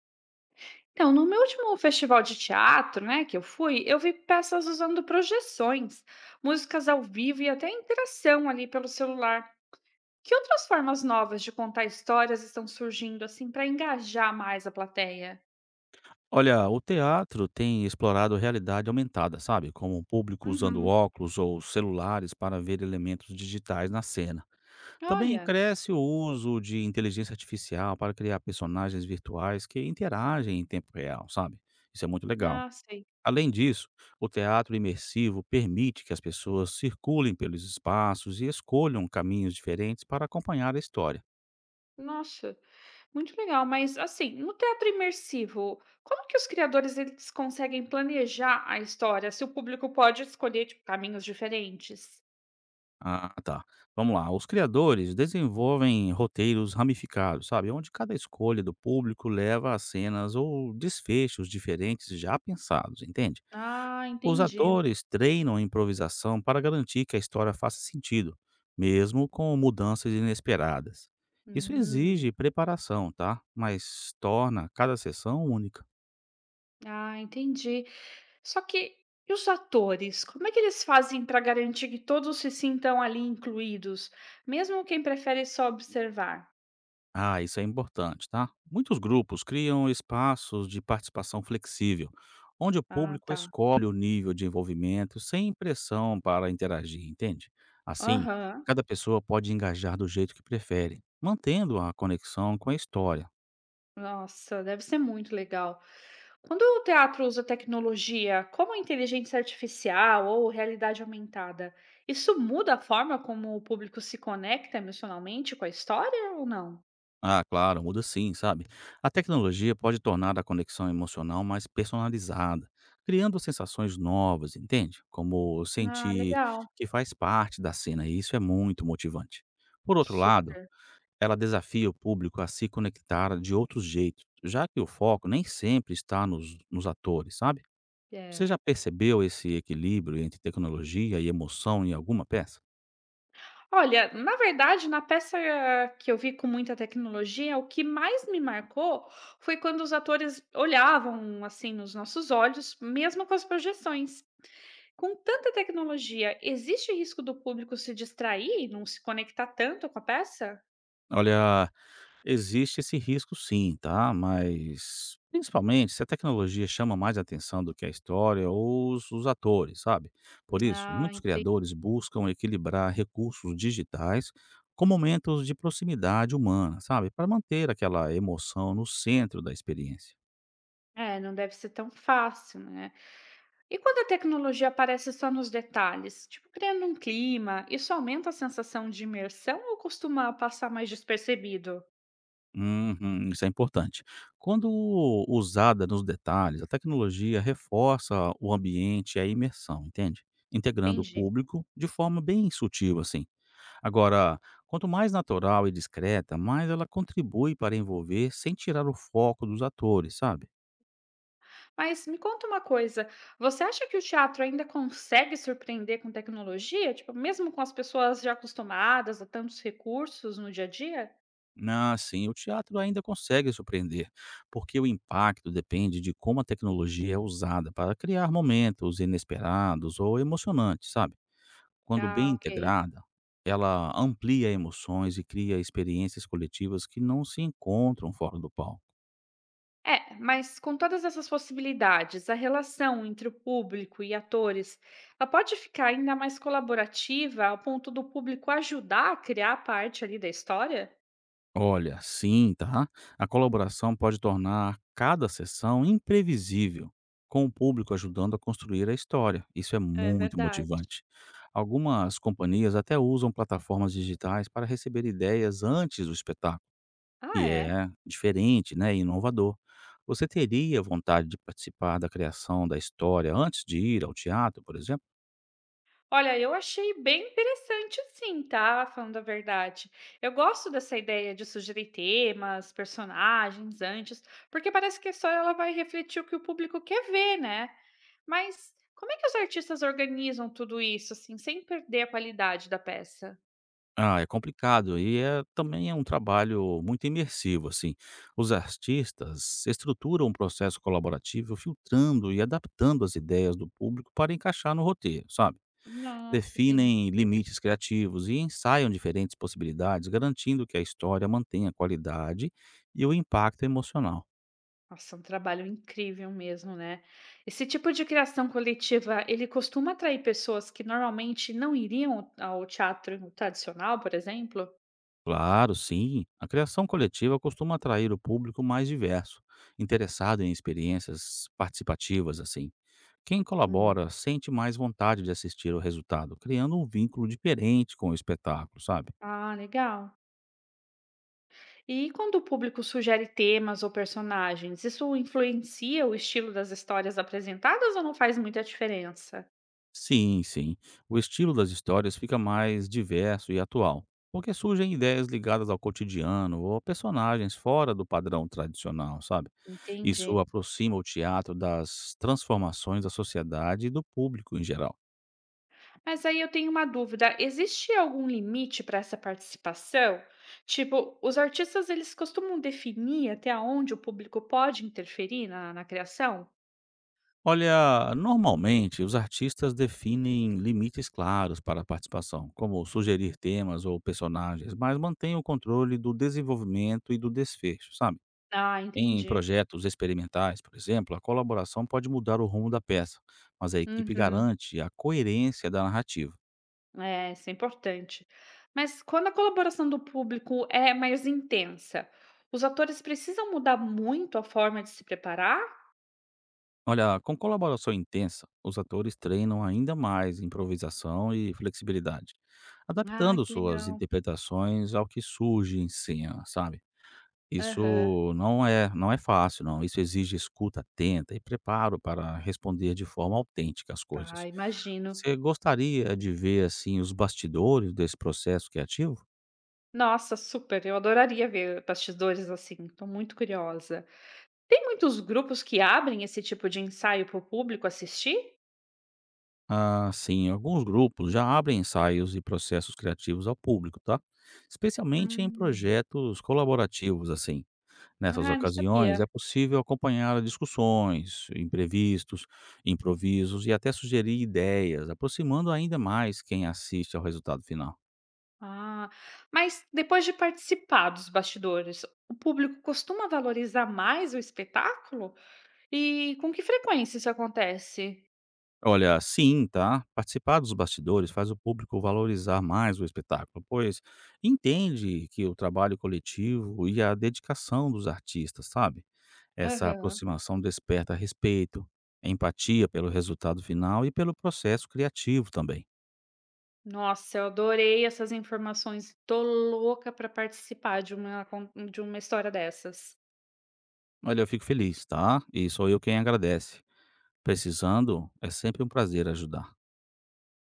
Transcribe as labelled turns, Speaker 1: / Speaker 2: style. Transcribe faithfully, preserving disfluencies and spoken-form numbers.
Speaker 1: Então, no meu último festival de teatro, né, que eu fui, eu vi peças usando projeções, músicas ao vivo e até interação ali pelo celular. Que outras formas novas de contar histórias estão surgindo assim para engajar mais a plateia?
Speaker 2: Olha, o teatro tem explorado realidade aumentada, sabe? Como o público usando
Speaker 1: Uhum.
Speaker 2: óculos ou celulares para ver elementos digitais na cena. Também
Speaker 1: Olha,
Speaker 2: cresce o uso de inteligência artificial para criar personagens virtuais que interagem em tempo real, sabe? Isso é muito legal.
Speaker 1: ah, sei.
Speaker 2: Além disso, o teatro imersivo permite que as pessoas circulem pelos espaços e escolham caminhos diferentes para acompanhar a história.
Speaker 1: Nossa, muito legal. Mas assim, no teatro imersivo, como que os criadores eles conseguem planejar a história se o público pode escolher tipo, caminhos diferentes?
Speaker 2: Ah, tá. Vamos lá. Os criadores desenvolvem roteiros ramificados, sabe? Onde cada escolha do público leva a cenas ou desfechos diferentes já pensados, entende?
Speaker 1: Ah,
Speaker 2: Os
Speaker 1: entendi.
Speaker 2: atores treinam a improvisação para garantir que a história faça sentido, mesmo com mudanças inesperadas. Isso
Speaker 1: Hum.
Speaker 2: exige preparação, tá? Mas torna cada sessão única.
Speaker 1: Ah, entendi. Só que e os atores? Como é que eles fazem para garantir que todos se sintam ali incluídos, mesmo quem prefere só observar?
Speaker 2: Ah, isso é importante, tá? Muitos grupos criam espaços de participação flexível, onde o
Speaker 1: Ah,
Speaker 2: público
Speaker 1: tá.
Speaker 2: escolhe o nível de envolvimento sem pressão para interagir, entende? Assim,
Speaker 1: Aham.
Speaker 2: cada pessoa pode engajar do jeito que prefere, mantendo a conexão com a história.
Speaker 1: Nossa, deve ser muito legal. Quando o teatro usa tecnologia, como a inteligência artificial ou realidade aumentada, isso muda a forma como o público se conecta emocionalmente com a história ou não?
Speaker 2: Ah, claro, muda sim, sabe? A tecnologia pode tornar a conexão emocional mais personalizada, criando sensações novas, entende? Como
Speaker 1: Ah,
Speaker 2: sentir
Speaker 1: legal.
Speaker 2: que faz parte da cena, e isso é muito motivante. Por outro lado,
Speaker 1: Super.
Speaker 2: ela desafia o público a se conectar de outros jeitos, já que o foco nem sempre está nos, nos atores, sabe? Você
Speaker 1: É.
Speaker 2: já percebeu esse equilíbrio entre tecnologia e emoção em alguma peça?
Speaker 1: Olha, na verdade, na peça que eu vi com muita tecnologia, o que mais me marcou foi quando os atores olhavam assim nos nossos olhos, mesmo com as projeções. Com tanta tecnologia, existe risco do público se distrair, e não se conectar tanto com a peça?
Speaker 2: Olha, existe esse risco sim, tá? Mas, principalmente, se a tecnologia chama mais atenção do que a história ou os, os atores, sabe? Por isso,
Speaker 1: Ah,
Speaker 2: muitos
Speaker 1: entendi.
Speaker 2: criadores buscam equilibrar recursos digitais com momentos de proximidade humana, sabe? Para manter aquela emoção no centro da experiência.
Speaker 1: É, não deve ser tão fácil, né? E quando a tecnologia aparece só nos detalhes, tipo criando um clima, isso aumenta a sensação de imersão ou costuma passar mais despercebido?
Speaker 2: Uhum, isso é importante. Quando usada nos detalhes, a tecnologia reforça o ambiente e a imersão, entende? Integrando o
Speaker 1: Entendi.
Speaker 2: público de forma bem sutil, assim. Agora, quanto mais natural e discreta, mais ela contribui para envolver sem tirar o foco dos atores, sabe?
Speaker 1: Mas me conta uma coisa, você acha que o teatro ainda consegue surpreender com tecnologia? Tipo, mesmo com as pessoas já acostumadas a tantos recursos no dia a dia?
Speaker 2: Ah, sim, o teatro ainda consegue surpreender, porque o impacto depende de como a tecnologia é usada para criar momentos inesperados ou emocionantes, sabe? Quando bem
Speaker 1: Ah, ok.
Speaker 2: integrada, ela amplia emoções e cria experiências coletivas que não se encontram fora do palco.
Speaker 1: É, mas com todas essas possibilidades, a relação entre o público e atores, ela pode ficar ainda mais colaborativa ao ponto do público ajudar a criar a parte ali da história?
Speaker 2: Olha, sim, tá? A colaboração pode tornar cada sessão imprevisível, com o público ajudando a construir a história. Isso é
Speaker 1: É
Speaker 2: muito
Speaker 1: verdade.
Speaker 2: motivante. Algumas companhias até usam plataformas digitais para receber ideias antes do espetáculo,
Speaker 1: Ah,
Speaker 2: que
Speaker 1: é?
Speaker 2: é diferente, né, e inovador. Você teria vontade de participar da criação da história antes de ir ao teatro, por exemplo?
Speaker 1: Olha, eu achei bem interessante sim, tá? Falando a verdade. Eu gosto dessa ideia de sugerir temas, personagens antes, porque parece que só ela vai refletir o que o público quer ver, né? Mas como é que os artistas organizam tudo isso, assim, sem perder a qualidade da peça?
Speaker 2: Ah, é complicado e é também é um trabalho muito imersivo, assim. Os artistas estruturam um processo colaborativo, filtrando e adaptando as ideias do público para encaixar no roteiro, sabe?
Speaker 1: Nossa, assim,
Speaker 2: Definem limites criativos e ensaiam diferentes possibilidades, garantindo que a história mantenha a qualidade e o impacto emocional.
Speaker 1: nossa, um trabalho incrível mesmo, né? Esse tipo de criação coletiva, ele costuma atrair pessoas que normalmente não iriam ao teatro tradicional, por exemplo?
Speaker 2: Claro, sim, a criação coletiva costuma atrair o público mais diverso, interessado em experiências participativas, assim. Quem colabora sente mais vontade de assistir o resultado, criando um vínculo diferente com o espetáculo, sabe?
Speaker 1: Ah, legal. E quando o público sugere temas ou personagens, isso influencia o estilo das histórias apresentadas ou não faz muita diferença?
Speaker 2: Sim, sim. O estilo das histórias fica mais diverso e atual, porque surgem ideias ligadas ao cotidiano ou personagens fora do padrão tradicional, sabe?
Speaker 1: Entendi.
Speaker 2: Isso aproxima o teatro das transformações da sociedade e do público em geral.
Speaker 1: Mas aí eu tenho uma dúvida, existe algum limite para essa participação? Tipo, os artistas eles costumam definir até onde o público pode interferir na, na criação?
Speaker 2: Olha, normalmente os artistas definem limites claros para a participação, como sugerir temas ou personagens, mas mantêm o controle do desenvolvimento e do desfecho, sabe?
Speaker 1: Ah,
Speaker 2: Em
Speaker 1: entendi.
Speaker 2: projetos experimentais, por exemplo, a colaboração pode mudar o rumo da peça, mas a equipe
Speaker 1: Uhum.
Speaker 2: garante a coerência da narrativa.
Speaker 1: É, isso é importante. Mas quando a colaboração do público é mais intensa, os atores precisam mudar muito a forma de se preparar?
Speaker 2: Olha, com colaboração intensa, os atores treinam ainda mais improvisação e flexibilidade,
Speaker 1: Ah,
Speaker 2: adaptando
Speaker 1: que
Speaker 2: suas
Speaker 1: legal.
Speaker 2: interpretações ao que surge em cena, sabe?
Speaker 1: Aham.
Speaker 2: Isso não é não é fácil não, isso exige escuta atenta e preparo para responder de forma autêntica as coisas.
Speaker 1: Tá, imagino.
Speaker 2: Você gostaria de ver, assim, os bastidores desse processo criativo?
Speaker 1: Nossa, super. Eu adoraria ver bastidores assim. Estou muito curiosa. Tem muitos grupos que abrem esse tipo de ensaio para o público assistir?
Speaker 2: Ah, sim, alguns grupos já abrem ensaios e processos criativos ao público, tá? Especialmente em
Speaker 1: Hum.
Speaker 2: projetos colaborativos, assim. Nessas
Speaker 1: Ah, não
Speaker 2: ocasiões,
Speaker 1: sabia.
Speaker 2: é possível acompanhar discussões, imprevistos, improvisos e até sugerir ideias, aproximando ainda mais quem assiste ao resultado final.
Speaker 1: Ah, mas depois de participar dos bastidores, o público costuma valorizar mais o espetáculo? E com que frequência isso acontece?
Speaker 2: Olha, sim, tá? Participar dos bastidores faz o público valorizar mais o espetáculo, pois entende que o trabalho coletivo e a dedicação dos artistas, sabe? Essa
Speaker 1: Aham.
Speaker 2: aproximação desperta respeito, empatia pelo resultado final e pelo processo criativo também.
Speaker 1: Nossa, eu adorei essas informações. Tô louca para participar de uma con de uma história dessas.
Speaker 2: Olha, eu fico feliz, tá? E sou eu quem agradece. Precisando, é sempre um prazer ajudar.